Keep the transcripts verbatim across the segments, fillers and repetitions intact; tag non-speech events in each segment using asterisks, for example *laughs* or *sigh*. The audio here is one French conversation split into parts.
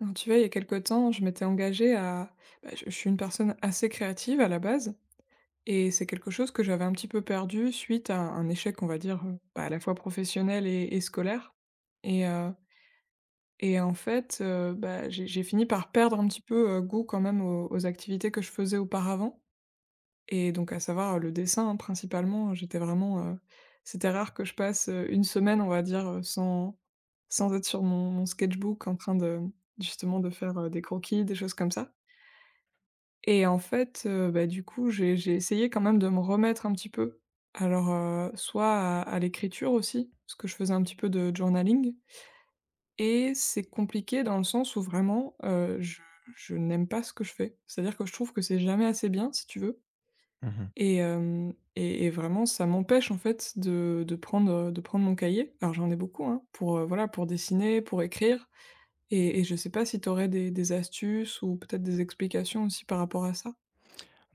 Alors, tu vois, il y a quelque temps, je m'étais engagée à. Bah, je je suis une personne assez créative à la base, et c'est quelque chose que j'avais un petit peu perdu suite à un échec, on va dire, heu, bah, à la fois professionnel et et scolaire et heu et en fait, heu, bah, j'ai j'ai fini par perdre un petit peu, heu, goût quand même aux aux activités que je faisais auparavant, et donc à savoir, heu, le dessin, hein, principalement. J'étais vraiment, heu c'était rare que je passe, heu, une semaine, on va dire, heu, sans sans être sur mon mon sketchbook en train de justement de faire, heu, des croquis, des choses comme ça. Et en fait, heu, bah, du coup, j'ai j'ai essayé quand même de me remettre un petit peu. Alors, heu, soit à à l'écriture aussi, parce que je faisais un petit peu de journaling, et c'est compliqué dans le sens où vraiment, heu, je je n'aime pas ce que je fais. C'est-à-dire que je trouve que c'est jamais assez bien, si tu veux. Mmh mh. Et hem et et vraiment ça m'empêche en fait de de prendre, de prendre mon cahier. Alors j'en ai beaucoup, hein, pour, heu, voilà, pour dessiner, pour écrire, et et je sais pas si tu aurais des des astuces ou peut-être des explications aussi par rapport à ça?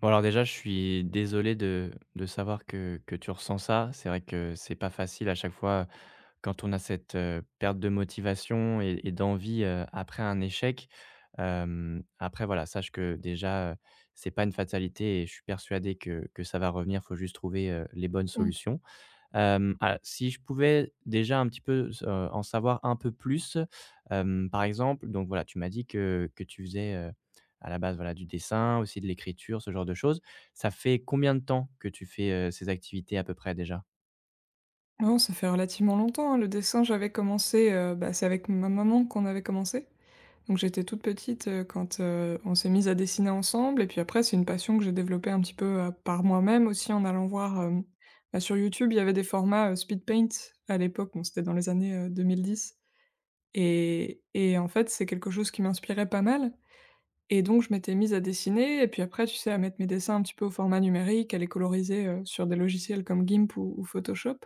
Bon alors déjà je suis désolé de de savoir que que tu ressens ça. C'est vrai que c'est pas facile à chaque fois quand on a cette, heu, perte de motivation et et d'envie, heu, après un échec. Hem, après voilà, sache que déjà, heu, c'est pas une fatalité et je suis persuadé que que ça va revenir. Faut juste trouver, heu, les bonnes Mmh. solutions. Hem, ah, si je pouvais déjà un petit peu s en savoir un peu plus, hem, par exemple, donc voilà, tu m'as dit que que tu faisais, heu, à la base, voilà, du dessin, aussi de l'écriture, ce genre de choses. Ça fait combien de temps que tu fais, heu, ces activités à peu près déjà? Non, ça fait relativement longtemps, hein, le dessin j'avais commencé, heu, bah, c'est avec ma maman qu'on avait commencé. Donc j'étais toute petite, heu, quand, heu, on s'est mise à dessiner ensemble, et puis après c'est une passion que j'ai développée un petit peu, heu, par moi-même aussi en allant voir, hem, bah, sur YouTube, il y avait des formats, heu, speed paint à l'époque. Bon, c'était dans les années, heu, deux mille dix, et et en fait, c'est quelque chose qui m'inspirait pas mal, et donc je m'étais mise à dessiner, et puis après, tu sais, à mettre mes dessins un petit peu au format numérique, à les coloriser, heu, sur des logiciels comme Gimp ou ou Photoshop.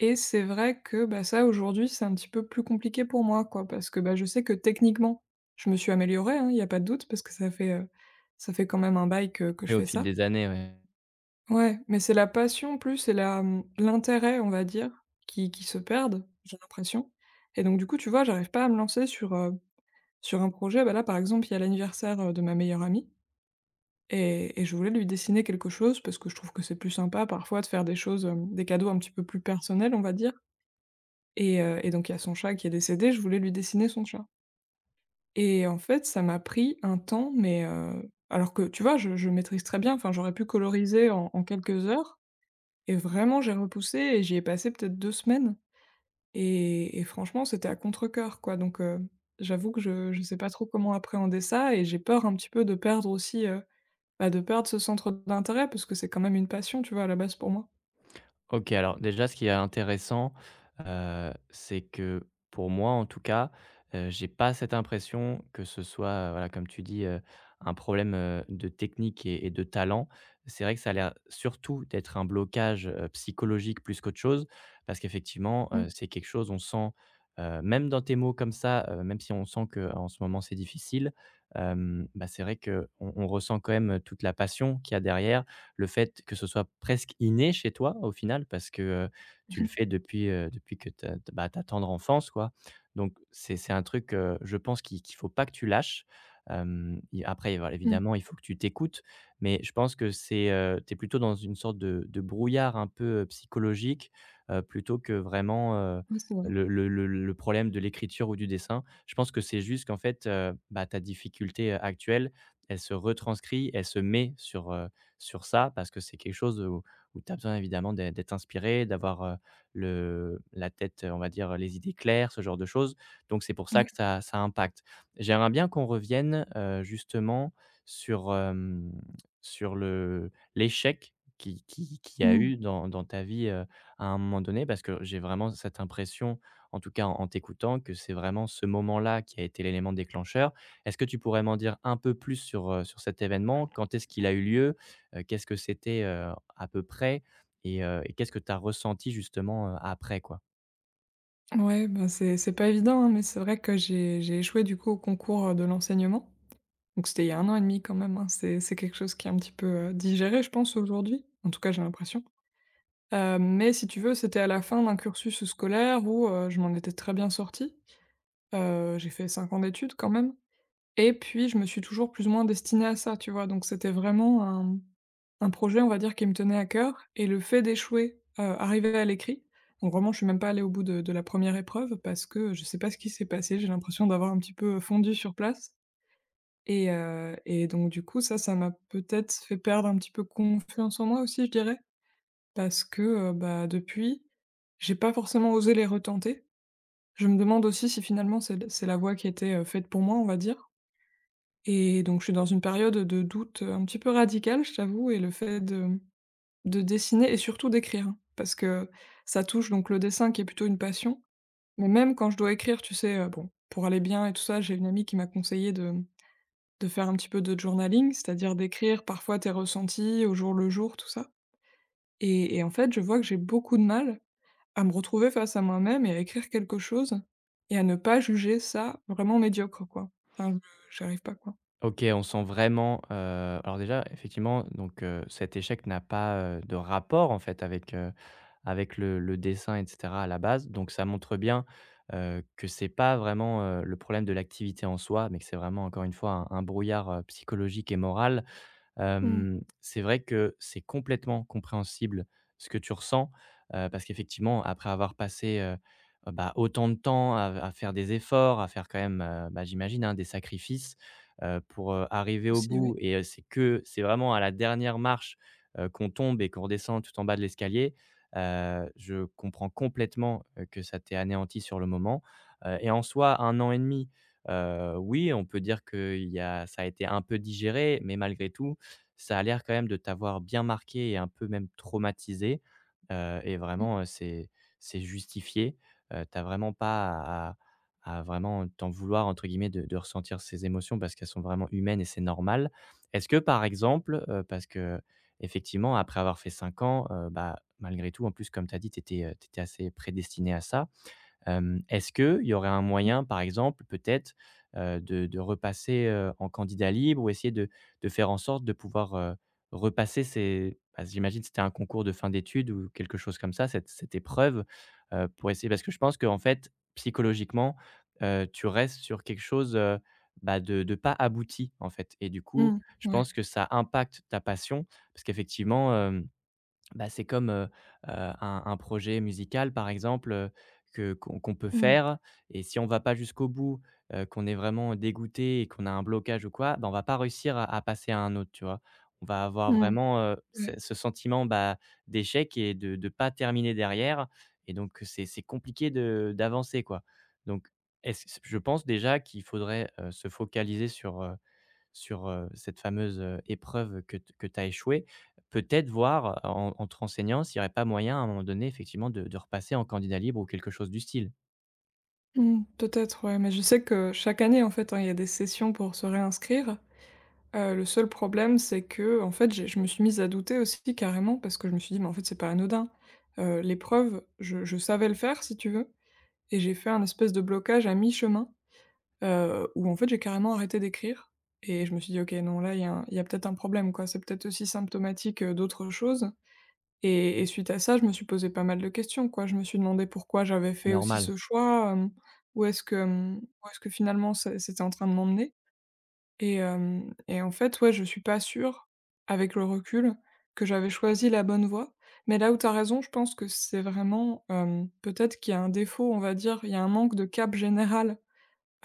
Et c'est vrai que, bah, ça aujourd'hui, c'est un petit peu plus compliqué pour moi, quoi, parce que, bah, je sais que techniquement, je me suis améliorée, hein, il y a pas de doute, parce que ça fait, heu, ça fait quand même un bail que que Et je au fais fil ça. des années, ouais. Ouais, mais c'est la passion plus et la, mmh, l'intérêt, on va dire, qui qui se perdent, j'ai l'impression, et donc du coup, tu vois, j'arrive pas à me lancer sur, heu, sur un projet. Bah, là, par exemple, il y a l'anniversaire, heu, de ma meilleure amie, et et je voulais lui dessiner quelque chose parce que je trouve que c'est plus sympa parfois de faire des choses, hem, des cadeaux un petit peu plus personnels, on va dire. Et heu et donc il y a son chat qui est décédé, je voulais lui dessiner son chat, et en fait, ça m'a pris un temps, mais heu, alors que tu vois, je je maîtrise très bien, enfin, j'aurais pu coloriser en en quelques heures, et vraiment j'ai repoussé et j'y ai passé peut-être deux semaines, et et franchement, c'était à contrecœur, quoi. Donc heu, j'avoue que je ne sais pas trop comment appréhender ça, et j'ai peur un petit peu de perdre aussi, heu, bah, de perdre ce centre d'intérêt parce que c'est quand même une passion, tu vois, à la base pour moi. OK, alors déjà ce qui est intéressant, heu, c'est que pour moi en tout cas, heu, j'ai pas cette impression que ce soit, heu, voilà comme tu dis, heu, un problème, heu, de technique et et de talent. C'est vrai que ça a l'air surtout d'être un blocage, heu, psychologique plus qu'autre chose parce qu'effectivement, Mmh. heu, c'est quelque chose on sent, heu, même dans tes mots comme ça, heu, même si on sent que en ce moment c'est difficile, hem, bah, c'est vrai qu'on on on ressent quand même, toute la passion qu'il y a derrière, le fait que ce soit presque inné chez toi au final parce que, heu, tu le fais depuis, heu, depuis que t'as ta bah, ta tendre enfance quoi. Donc c'est c'est un truc, heu, je pense qu'il qu'il faut pas que tu lâches. Hem, i Après voilà, Mmh. évidemment, il faut que tu t'écoutes, mais je pense que c'est, heu, tu es plutôt dans une sorte de de brouillard un peu, heu, psychologique, heu, plutôt que vraiment, heu, *laughs* Ouais, c'est vrai. le le le le problème de l'écriture ou du dessin. Je pense que c'est juste qu'en fait, heu, bah, ta difficulté, heu, actuelle, elle se retranscrit, elle se met sur, heu sur ça parce que c'est quelque chose où, où tu as besoin évidemment d'ê- d'être inspiré, d'avoir euh, le, la tête, euh, on va dire, les idées claires, ce genre de choses. Donc c'est pour ça Ouais. que ça, ça impacte. J'aimerais bien qu'on revienne euh, justement sur, euh, sur le, l'échec qui, qui, qui y a Mmh. eu dans, dans ta vie euh, à un moment donné, parce que j'ai vraiment cette impression, en tout cas en, en t'écoutant, que c'est vraiment ce moment-là qui a été l'élément déclencheur. Est-ce que tu pourrais m'en dire un peu plus sur, euh, sur cet événement. Quand est-ce qu'il a eu lieu? Heu, qu'est-ce que c'était, heu, à peu près et heu et qu'est-ce que tu as ressenti justement, heu, après quoi? Ouais, bah, c'est c'est pas évident, hein, mais c'est vrai que j'ai j'ai échoué du coup au concours, euh, de l'enseignement. Donc c'était il y a un an et demi quand même, hein. C'est c'est quelque chose qui est un petit peu, heu, digéré je pense aujourd'hui. En tout cas, j'ai l'impression. Heu, mais si tu veux, c'était à la fin d'un cursus scolaire où, heu, je m'en étais très bien sortie. Heu, j'ai fait cinq ans d'études quand même. Et puis je me suis toujours plus ou moins destinée à ça, tu vois? Donc c'était vraiment un un projet, on va dire, qui me tenait à cœur, et le fait d'échouer, heu, arriver à l'écrit, donc vraiment je suis même pas allée au bout de de la première épreuve parce que je sais pas ce qui s'est passé, j'ai l'impression d'avoir un petit peu fondu sur place, et heu et donc du coup ça, ça m'a peut-être fait perdre un petit peu confiance en moi aussi, je dirais. Parce que, heu, bah, depuis, j'ai pas forcément osé les retenter. Je me demande aussi si finalement c'est c'est la voie qui était, heu, faite pour moi, on va dire. Et donc je suis dans une période de doute, euh, un petit peu radicale, je t'avoue, et le fait de de dessiner et surtout d'écrire, hein, parce que ça touche donc le dessin qui est plutôt une passion. Mais même quand je dois écrire, tu sais, heu, bon, pour aller bien et tout ça, j'ai une amie qui m'a conseillé de de faire un petit peu de journaling, c'est-à-dire d'écrire parfois tes ressentis au jour le jour, tout ça. Et et en fait, je vois que j'ai beaucoup de mal à me retrouver face à moi-même et à écrire quelque chose, et à ne pas juger ça vraiment médiocre, quoi. Enfin, je j'arrive pas, quoi. OK, on sent vraiment, heu alors déjà effectivement donc heu, cet échec n'a pas, heu, de rapport en fait avec, heu, avec le le dessin et cetera à la base. Donc ça montre bien, heu, que c'est pas vraiment, heu, le problème de l'activité en soi, mais que c'est vraiment encore une fois un un brouillard, heu, psychologique et moral. Mmh. Hem, c'est vrai que c'est complètement compréhensible ce que tu ressens, heu, parce qu'effectivement, après avoir passé, heu, bah, autant de temps à à faire des efforts, à faire quand même, heu, bah, j'imagine, hein, des sacrifices, heu, pour, heu, arriver au Aussi, bout ouais. Mmh. et heu, c'est que c'est vraiment à la dernière marche, heu, qu'on tombe et qu'on redescend tout en bas de l'escalier. Heu, je comprends complètement, heu, que ça t'ait anéanti sur le moment, heu et en soi, un an et demi, heu, oui, on peut dire qu'il y a ça a été un peu digéré, mais malgré tout, ça a l'air quand même de t'avoir bien marqué et un peu même traumatisé, heu et vraiment, heu, c'est c'est justifié. Heu, tu vraiment pas à à vraiment «t'en vouloir» entre guillemets de de ressentir ces émotions parce qu'elles sont vraiment humaines et c'est normal. Est-ce que par exemple, heu, parce que effectivement après avoir fait cinq ans, heu, bah, malgré tout en plus comme tu as dit, tu étais, assez prédestiné à ça. Hem, est-ce qu'il y aurait un moyen, par exemple, peut-être, heu, de de repasser, heu, en candidat libre ou essayer de de faire en sorte de pouvoir, heu, repasser ces bah, j'imagine que c'était un concours de fin d'études ou quelque chose comme ça, cette cette épreuve, heu, pour essayer parce que je pense qu'en fait, psychologiquement, heu, tu restes sur quelque chose, heu, bah, de de pas abouti, en fait et du coup, Mmh. je Ouais. pense que ça impacte ta passion parce qu'effectivement, hem bah, c'est comme, heu heu, un un projet musical par exemple, heu, que qu'on qu'on peut Mmh. faire et si on va pas jusqu'au bout, heu, qu'on est vraiment dégoûté et qu'on a un blocage ou quoi, bah, on va pas réussir à à passer à un autre, tu vois? On va avoir Mmh. vraiment, heu, Ouais. ce ce sentiment, bah, d'échec et de ne pas terminer derrière et donc c'est c'est compliqué de d'avancer, quoi. Donc est-ce je pense déjà qu'il faudrait, heu, se focaliser sur, sur, heu, cette fameuse, heu, épreuve que que tu as échouée, peut-être voir en en te renseignant s'il y aurait pas moyen à un moment donné effectivement de de repasser en candidat libre ou quelque chose du style. Mmh. Peut-être, ouais, mais je sais que chaque année, en fait, hein, il y a des sessions pour se réinscrire. Heu, le seul problème, c'est que, en fait, j'ai je me suis mise à douter aussi carrément parce que je me suis dit: «Mais en fait, c'est pas anodin». Heu, l'épreuve, je je savais le faire, si tu veux, et j'ai fait un espèce de blocage à mi-chemin, heu, où en fait, j'ai carrément arrêté d'écrire, et je me suis dit: «OK, non, là, il y a un il y a peut-être un problème, quoi. C'est peut-être aussi symptomatique, heu, d'autres choses». Et et suite à ça, je me suis posé pas mal de questions, quoi. Je me suis demandé pourquoi j'avais fait aussi Normal. ce choix, hem, où est-ce que, hem, où est-ce que finalement c'est c'était en train de m'emmener, et hem et en fait, ouais, je suis pas sûre, avec le recul, que j'avais choisi la bonne voie. Mais là où t'as raison, je pense que c'est vraiment, hem, peut-être qu'il y a un défaut, on va dire, il y a un manque de cap général,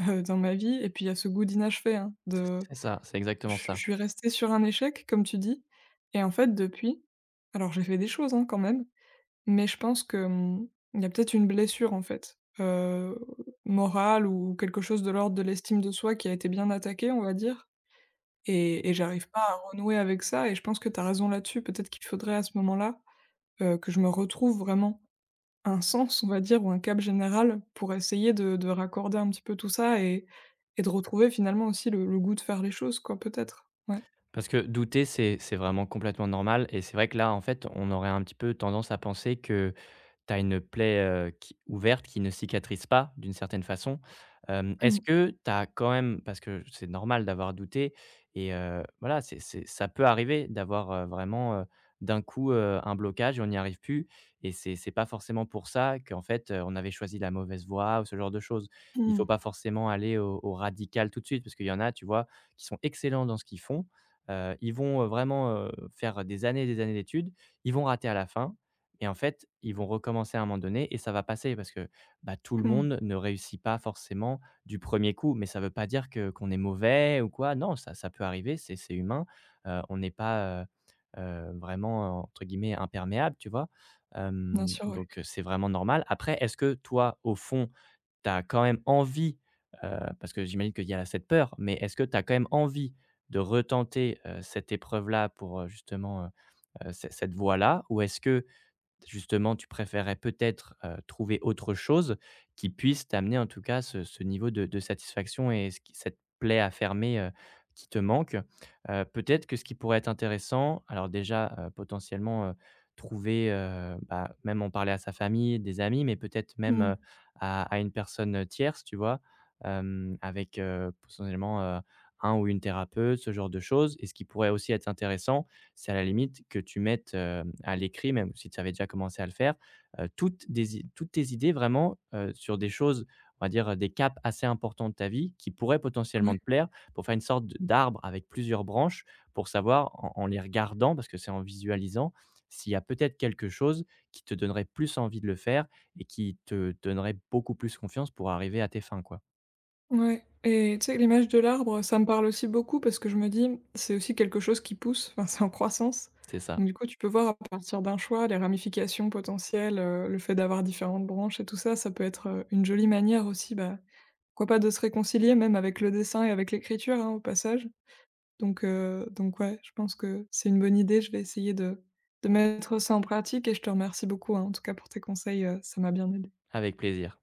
heu, dans ma vie, et puis il y a ce goût d'inachevé, hein, C'est de c'est ça, c'est je exactement je ça. suis restée sur un échec, comme tu dis, et en fait depuis, alors j'ai fait des choses, hein, quand même, mais je pense que, mmh, il y a peut-être une blessure, en fait, heu, morale ou quelque chose de l'ordre de l'estime de soi qui a été bien attaquée, on va dire, et et j'arrive pas à renouer avec ça, et je pense que t'as raison là-dessus. Peut-être qu'il faudrait à ce moment-là, heu, que je me retrouve vraiment un sens, on va dire, ou un cap général pour essayer de de raccorder un petit peu tout ça, et et de retrouver finalement aussi le le goût de faire les choses, quoi, peut-être? Ouais. Parce que douter, c'est c'est vraiment complètement normal et c'est vrai que là, en fait, on aurait un petit peu tendance à penser que tu as une plaie, heu, qui ouverte qui ne cicatrise pas d'une certaine façon. Hem, est-ce Mmh. que tu as quand même parce que c'est normal d'avoir douté et heu, voilà, c'est c'est ça peut arriver d'avoir, heu, vraiment, heu, d'un coup, heu, un blocage et on n'y arrive plus et c'est c'est pas forcément pour ça qu'en fait, heu, on avait choisi la mauvaise voie ou ce genre de choses. Il faut Mmh. pas forcément aller au au radical tout de suite parce qu'il y en a, tu vois, qui sont excellents dans ce qu'ils font. Heu, ils vont, heu, vraiment, heu, faire des années et des années d'études, ils vont rater à la fin et en fait, ils vont recommencer à un moment donné et ça va passer parce que, bah, tout le Mmh. monde ne réussit pas forcément du premier coup. Mais ça ne veut pas dire que qu'on est mauvais ou quoi. Non, ça ça peut arriver, c'est c'est humain. Heu, on n'est pas, heu heu, vraiment, euh, entre guillemets, «imperméable», tu vois? Bien Hem, sûr, ouais. Donc heu, c'est vraiment normal. Après, est-ce que toi, au fond, tu as quand même envie, heu, parce que j'imagine qu'il y a cette peur, mais est-ce que tu as quand même envie de retenter, heu, cette épreuve-là pour, heu, justement, heu heu, c cette voie-là? Ou est-ce que, justement, tu préférais peut-être, heu, trouver autre chose qui puisse t'amener en tout cas ce ce niveau de de satisfaction et ce qui cette plaie à fermer, heu, qui te manque. Heu, peut-être que ce qui pourrait être intéressant, alors déjà, heu, potentiellement, heu, trouver, heu, bah, même en parler à sa famille, des amis, mais peut-être même, Mmh. heu, à à une personne, tierce, tu vois? Hem, avec, heu, potentiellement, heu, un ou une thérapeute, ce genre de choses et ce qui pourrait aussi être intéressant, c'est à la limite que tu mettes, heu, à l'écrit, même si tu avais déjà commencé à le faire, heu, toutes des i toutes tes idées vraiment, heu, sur des choses, on va dire euh, des caps assez importants de ta vie qui pourraient potentiellement Ouais. te plaire pour faire une sorte de d'arbre avec plusieurs branches pour savoir en en les regardant, parce que c'est en visualisant, s'il y a peut-être quelque chose qui te donnerait plus envie de le faire et qui te donnerait beaucoup plus confiance pour arriver à tes fins, quoi. Ouais, et tu sais, l'image de l'arbre, ça me parle aussi beaucoup parce que je me dis: «C'est aussi quelque chose qui pousse», *laughs* enfin, c'est en croissance. C'est ça, Donc du coup, tu peux voir à partir d'un choix les ramifications potentielles, heu, le fait d'avoir différentes branches et tout ça, ça peut être, heu, une jolie manière aussi, bah, pourquoi pas de se réconcilier même avec le dessin et avec l'écriture, hein, au passage. Donc heu, donc ouais, je pense que c'est une bonne idée, je vais essayer de de mettre ça en pratique, et je te remercie beaucoup, hein, en tout cas pour tes conseils, heu, ça m'a bien aidé avec plaisir.